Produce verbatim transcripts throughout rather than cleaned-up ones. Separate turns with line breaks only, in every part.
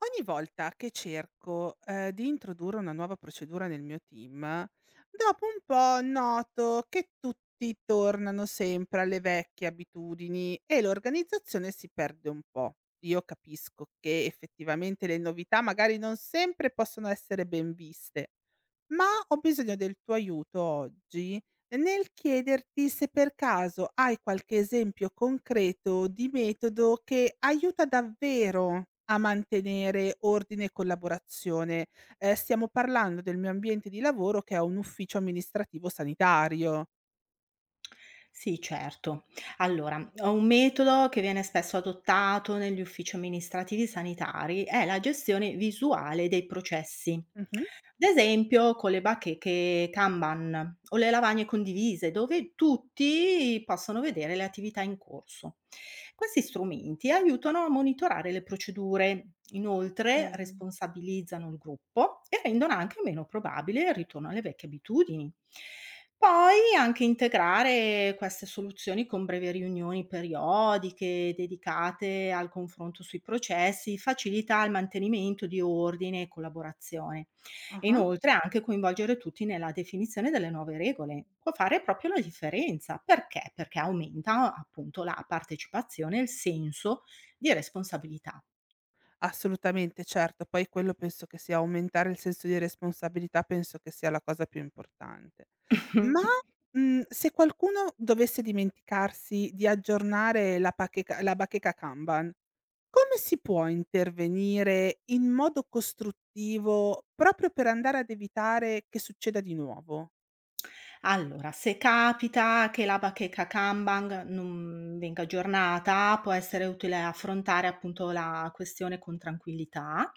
Ogni volta che cerco, ehm, di introdurre una nuova procedura nel mio team, dopo un po' noto che tutti tornano sempre alle vecchie abitudini e l'organizzazione si perde un po'. Io capisco che effettivamente le novità magari non sempre possono essere ben viste, ma ho bisogno del tuo aiuto oggi nel chiederti se per caso hai qualche esempio concreto di metodo che aiuta davvero a mantenere ordine e collaborazione. Ehm, stiamo parlando del mio ambiente di lavoro che è un ufficio amministrativo sanitario.
Sì, certo. Allora, ho un metodo che viene spesso adottato negli uffici amministrativi sanitari, è la gestione visuale dei processi.
Mh-mh.
Ad esempio con le bacheche Kanban o le lavagne condivise, dove tutti possono vedere le attività in corso. Questi strumenti aiutano a monitorare le procedure, inoltre
Okay.
responsabilizzano il gruppo e rendono anche meno probabile il ritorno alle vecchie abitudini. Poi anche integrare queste soluzioni con brevi riunioni periodiche dedicate al confronto sui processi facilita il mantenimento di ordine e collaborazione. E
Ah-ah.
inoltre anche coinvolgere tutti nella definizione delle nuove regole può fare proprio la differenza. Perché? Perché aumenta appunto la partecipazione e il senso di responsabilità.
Assolutamente, certo. Poi quello penso che sia aumentare il senso di responsabilità, penso che sia la cosa più importante. Ma, mhmm, se qualcuno dovesse dimenticarsi di aggiornare la pacheca la bacheca Kanban, come si può intervenire in modo costruttivo proprio per andare ad evitare che succeda di nuovo?
Allora, se capita che la bacheca Kanban non venga aggiornata, può essere utile affrontare appunto la questione con tranquillità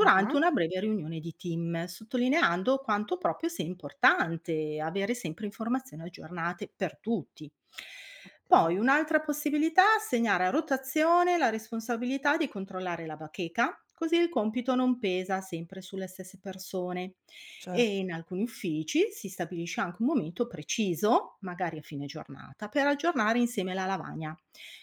Ah-ah,
una breve riunione di team, sottolineando quanto proprio sia importante avere sempre informazioni aggiornate per tutti. Poi
okay,
un'altra possibilità è assegnare a rotazione la responsabilità di controllare la bacheca, così il compito non pesa sempre sulle stesse persone. E in
certo.
alcuni uffici si stabilisce anche un momento preciso, magari a fine giornata, per aggiornare insieme la lavagna.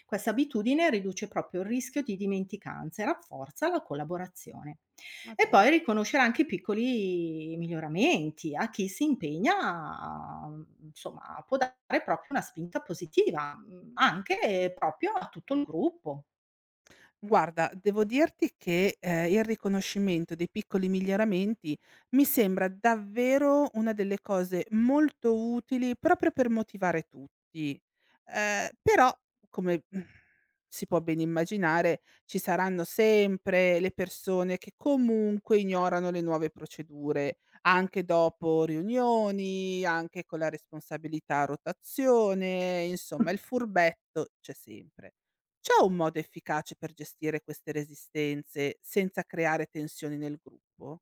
Questa abitudine riduce proprio il rischio di dimenticanza e rafforza la collaborazione.
Ma
E
dai.
poi riconoscere anche i piccoli miglioramenti a chi si impegna, a- insomma, può dare proprio una spinta positiva, mm, anche eh, proprio a tutto il gruppo.
Guarda, devo dirti che, ehm, il riconoscimento dei piccoli miglioramenti mi sembra davvero una delle cose molto utili proprio per motivare tutti. Ehm, però come, mhmm, si può ben immaginare, ci saranno sempre le persone che comunque ignorano le nuove procedure, anche dopo riunioni, anche con la responsabilità a rotazione, insomma il furbetto c'è sempre. C'è un modo efficace per gestire queste resistenze senza creare tensioni nel gruppo?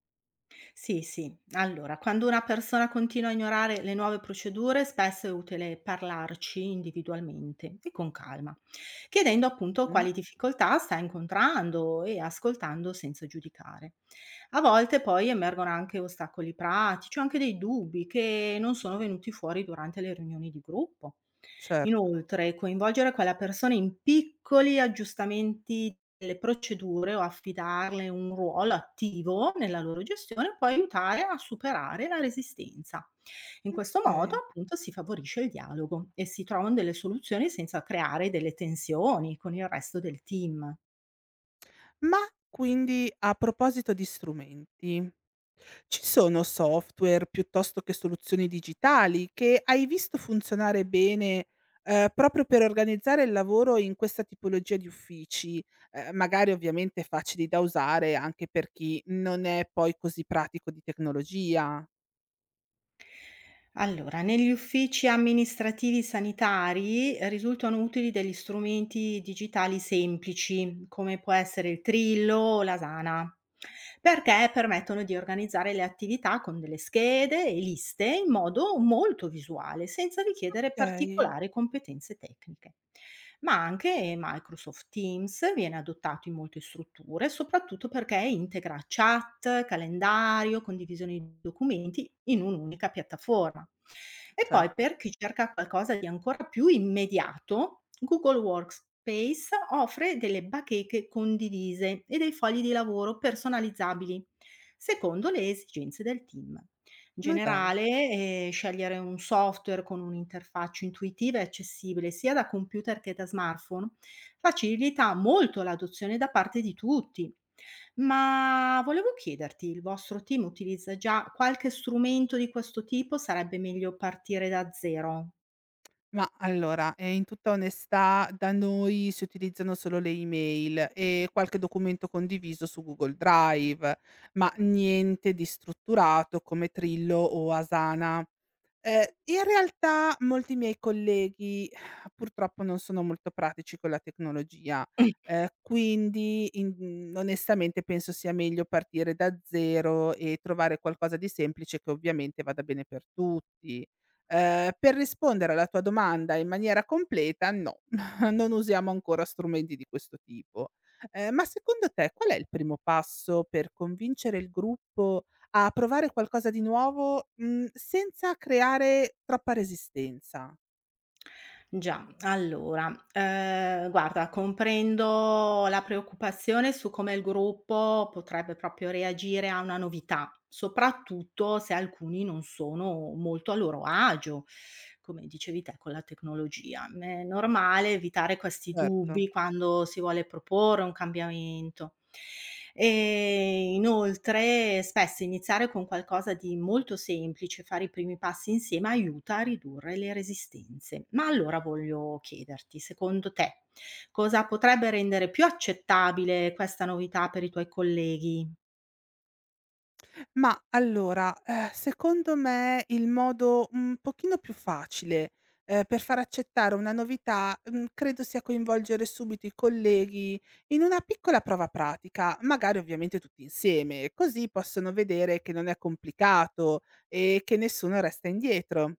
Sì, sì. Allora, quando una persona continua a ignorare le nuove procedure, spesso è utile parlarci individualmente e con calma, chiedendo appunto
Mh?
quali difficoltà sta incontrando e ascoltando senza giudicare. A volte poi emergono anche ostacoli pratici o anche dei dubbi che non sono venuti fuori durante le riunioni di gruppo.
Certo,
Inoltre, coinvolgere quella persona in piccoli aggiustamenti delle procedure o affidarle un ruolo attivo nella loro gestione può aiutare a superare la resistenza. In questo modo,
okay.
appunto, si favorisce il dialogo e si trovano delle soluzioni senza creare delle tensioni con il resto del team.
Ma quindi a proposito di strumenti, ci sono software piuttosto che soluzioni digitali che hai visto funzionare bene, ehm, proprio per organizzare il lavoro in questa tipologia di uffici, ehm, magari ovviamente facili da usare anche per chi non è poi così pratico di tecnologia?
Allora, negli uffici amministrativi sanitari eh, risultano utili degli strumenti digitali semplici, come può essere il Trillo o l'Asana. Perché permettono di organizzare le attività con delle schede e liste in modo molto visuale, senza richiedere
Okay,
particolari competenze tecniche. Ma anche Microsoft Teams viene adottato in molte strutture, soprattutto perché integra chat, calendario, condivisione di documenti in un'unica piattaforma. E poi
certo.
per chi cerca qualcosa di ancora più immediato, Google Workspace offre delle bacheche condivise e dei fogli di lavoro personalizzabili secondo le esigenze del team. In
Ma dai.
generale, eh, scegliere un software con un'interfaccia intuitiva e accessibile sia da computer che da smartphone facilita molto l'adozione da parte di tutti. Ma volevo chiederti, il vostro team utilizza già qualche strumento di questo tipo? Sarebbe meglio partire da zero?
Ma allora, ehm, in tutta onestà, da noi si utilizzano solo le email e qualche documento condiviso su Google Drive, ma niente di strutturato come Trillo o Asana. Ehm, in realtà molti miei colleghi purtroppo non sono molto pratici con la tecnologia, ehm, quindi in mhmm, onestamente penso sia meglio partire da zero e trovare qualcosa di semplice che ovviamente vada bene per tutti. Ehm, per rispondere alla tua domanda in maniera completa, no, non usiamo ancora strumenti di questo tipo. Ehm, ma secondo te qual è il primo passo per convincere il gruppo a provare qualcosa di nuovo, mhmm, senza creare troppa resistenza.
Già, allora, ehm, guarda comprendo la preoccupazione su come il gruppo potrebbe proprio reagire a una novità, soprattutto se alcuni non sono molto a loro agio, come dicevi te con la tecnologia. M È normale evitare questi
Certo.
dubbi quando si vuole proporre un cambiamento. E inoltre spesso iniziare con qualcosa di molto semplice, fare i primi passi insieme aiuta a ridurre le resistenze. Ma allora voglio chiederti, secondo te, cosa potrebbe rendere più accettabile questa novità per i tuoi colleghi?
Ma allora, ehm, secondo me il modo un pochino più facile, ehm, per far accettare una novità, mhmm, credo sia coinvolgere subito i colleghi in una piccola prova pratica, magari ovviamente tutti insieme, così possono vedere che non è complicato e che nessuno resta indietro.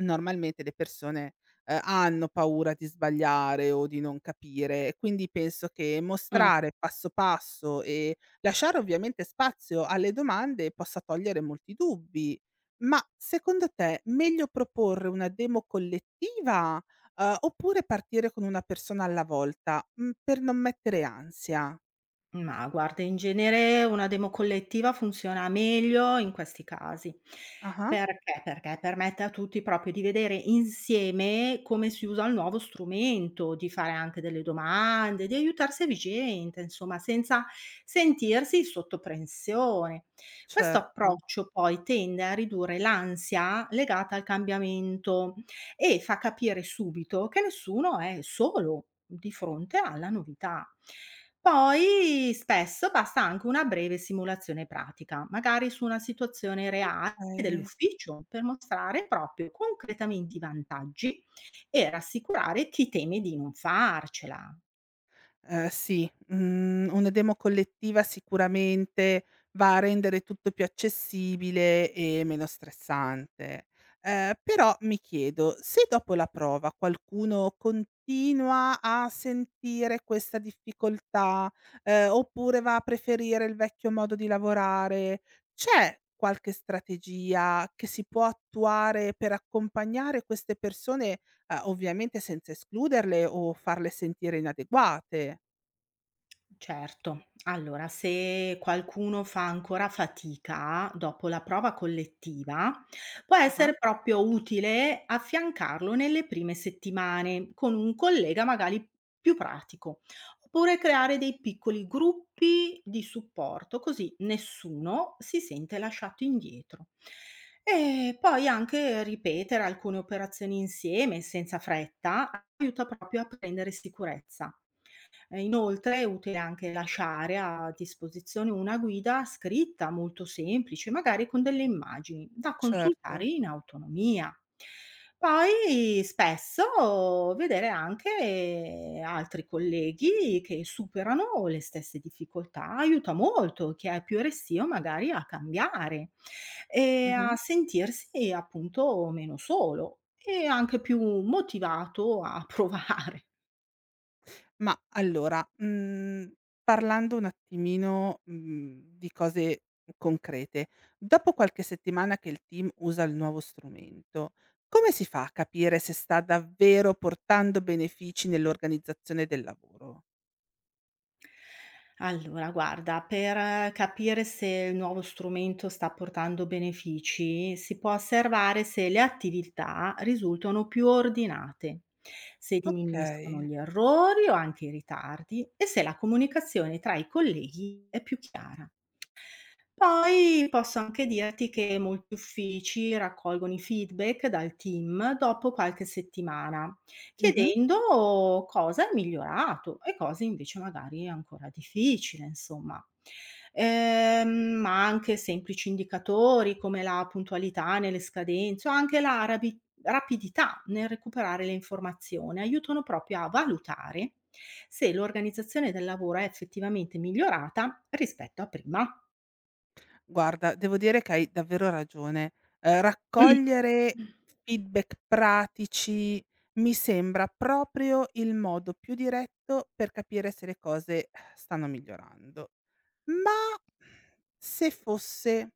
Normalmente le persone, ehm, hanno paura di sbagliare o di non capire e quindi penso che mostrare passo passo e lasciare ovviamente spazio alle domande possa togliere molti dubbi. Ma secondo te meglio proporre una demo collettiva, ehm, oppure partire con una persona alla volta, mhmm, per non mettere ansia?
Ma guarda, in genere una demo collettiva funziona meglio in questi casi.
Ah-ah,
Perché? Perché permette a tutti proprio di vedere insieme come si usa il nuovo strumento, di fare anche delle domande, di aiutarsi a vicenda, insomma, senza sentirsi sotto pressione. Questo
certo,
approccio poi tende a ridurre l'ansia legata al cambiamento e fa capire subito che nessuno è solo di fronte alla novità. Poi spesso basta anche una breve simulazione pratica, magari su una situazione reale
okay.
dell'ufficio, per mostrare proprio concretamente i vantaggi e rassicurare chi teme di non farcela.
Ehm, sì, mhmm, una demo collettiva sicuramente va a rendere tutto più accessibile e meno stressante. Ehm, però mi chiedo, se dopo la prova qualcuno continua a sentire questa difficoltà, ehm, oppure va a preferire il vecchio modo di lavorare, c'è qualche strategia che si può attuare per accompagnare queste persone. Ehm, ovviamente senza escluderle o farle sentire inadeguate.
Certo. Allora, se qualcuno fa ancora fatica dopo la prova collettiva, può
Ah-ah.
essere proprio utile affiancarlo nelle prime settimane con un collega magari più pratico, oppure creare dei piccoli gruppi di supporto, così nessuno si sente lasciato indietro. E poi anche ripetere alcune operazioni insieme senza fretta aiuta proprio a prendere sicurezza. Ehm, inoltre è utile anche lasciare a disposizione una guida scritta molto semplice, magari con delle immagini da
Certo.
consultare in autonomia. Poi spesso vedere anche eh, altri colleghi che superano le stesse difficoltà aiuta molto chi è più restio magari a cambiare e
Mh-mh.
a sentirsi appunto meno solo e anche più motivato a provare.
Ma allora, mhmm, parlando un attimino, mhmm, di cose concrete, dopo qualche settimana che il team usa il nuovo strumento, come si fa a capire se sta davvero portando benefici nell'organizzazione del lavoro?
Allora guarda, per eh, capire se il nuovo strumento sta portando benefici, si può osservare se le attività risultano più ordinate, se diminuiscono
Okay.
gli errori o anche i ritardi e se la comunicazione tra i colleghi è più chiara. Poi posso anche dirti che molti uffici raccolgono i feedback dal team dopo qualche settimana,
Mh-mh.
chiedendo cosa è migliorato e cosa invece magari è ancora difficile, insomma. Ehm, ma anche semplici indicatori come la puntualità nelle scadenze o anche la rabi- rapidità nel recuperare le informazioni aiutano proprio a valutare se l'organizzazione del lavoro è effettivamente migliorata rispetto a prima.
Guarda, devo dire che hai davvero ragione. Ehm,
Mh.
raccogliere feedback pratici mi sembra proprio il modo più diretto per capire se le cose eh, stanno migliorando. Ma se fosse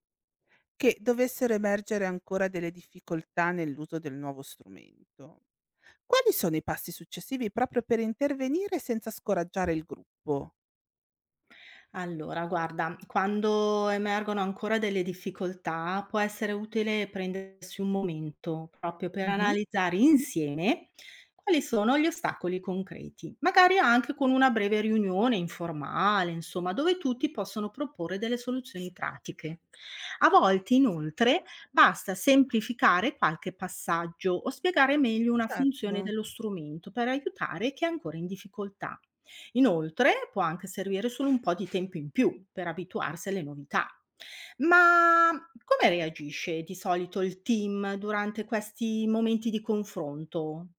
che dovessero emergere ancora delle difficoltà nell'uso del nuovo strumento, quali sono i passi successivi proprio per intervenire senza scoraggiare il gruppo?
Allora guarda, quando emergono ancora delle difficoltà, può essere utile prendersi un momento proprio per
Mh-mh,
analizzare insieme quali sono gli ostacoli concreti, magari anche con una breve riunione informale, insomma, dove tutti possono proporre delle soluzioni pratiche. A volte inoltre basta semplificare qualche passaggio o spiegare meglio una funzione
certo.
dello strumento per aiutare chi è ancora in difficoltà. Inoltre può anche servire solo un po' di tempo in più per abituarsi alle novità. Ma come reagisce di solito il team durante questi momenti di confronto?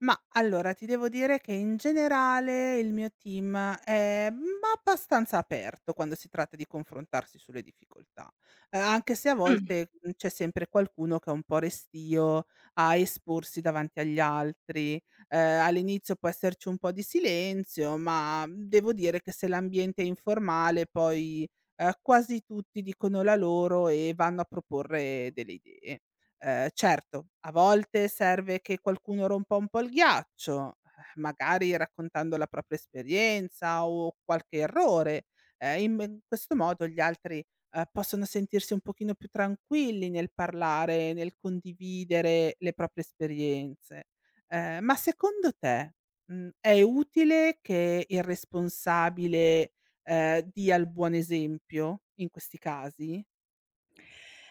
Mah, allora ti devo dire che in generale il mio team è, mhmm, abbastanza aperto quando si tratta di confrontarsi sulle difficoltà, ehm, anche se a volte, mhmm, c'è sempre qualcuno che è un po' restio a esporsi davanti agli altri. Ehm, all'inizio può esserci un po' di silenzio, ma, mhmm, devo dire che se l'ambiente è informale poi, ehm, quasi tutti dicono la loro e vanno a proporre delle idee. Ehm, certo, a volte serve che qualcuno rompa un po' il ghiaccio, eh, magari raccontando la propria esperienza o qualche errore. Ehm, in men questo modo gli altri, ehm, possono sentirsi un pochino più tranquilli nel parlare, nel condividere le proprie esperienze. Ehm, ma secondo te, mhmm, è utile che il responsabile, ehm, dia il buon esempio in questi casi?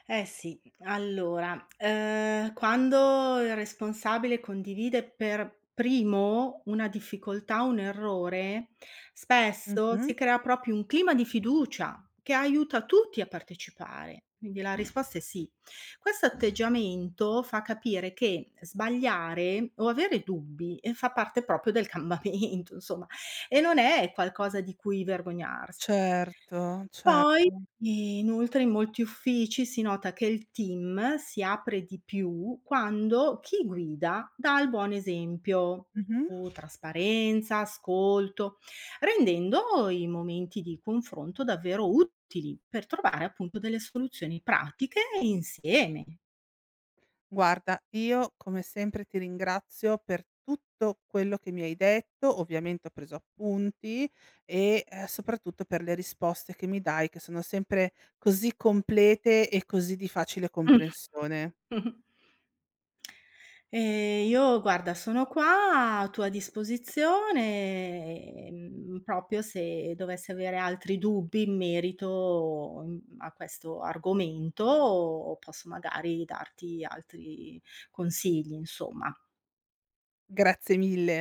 Eh sì, allora, ehm, quando il responsabile condivide per primo una difficoltà, un errore, spesso si
Mh-mh.
crea proprio un clima di fiducia che aiuta tutti a partecipare. Quindi la Mm, risposta è sì. Questo atteggiamento fa capire che sbagliare o avere dubbi eh, fa parte proprio del cambiamento, insomma, e non è qualcosa di cui vergognarsi.
Certo,
Poi,
certo.
inoltre in molti uffici si nota che il team si apre di più quando chi guida dà il buon esempio
Mh-mh.
su trasparenza, ascolto, rendendo i momenti di confronto davvero utili per trovare appunto delle soluzioni pratiche insieme.
Guarda, io come sempre ti ringrazio per tutto quello che mi hai detto, ovviamente ho preso appunti e, ehm, soprattutto per le risposte che mi dai, che sono sempre così complete e così di facile comprensione.
Ehm, io guarda sono qua a tua disposizione, ehm, proprio se dovessi avere altri dubbi in merito, mhmm, a questo argomento, posso magari darti altri consigli, insomma.
Grazie mille.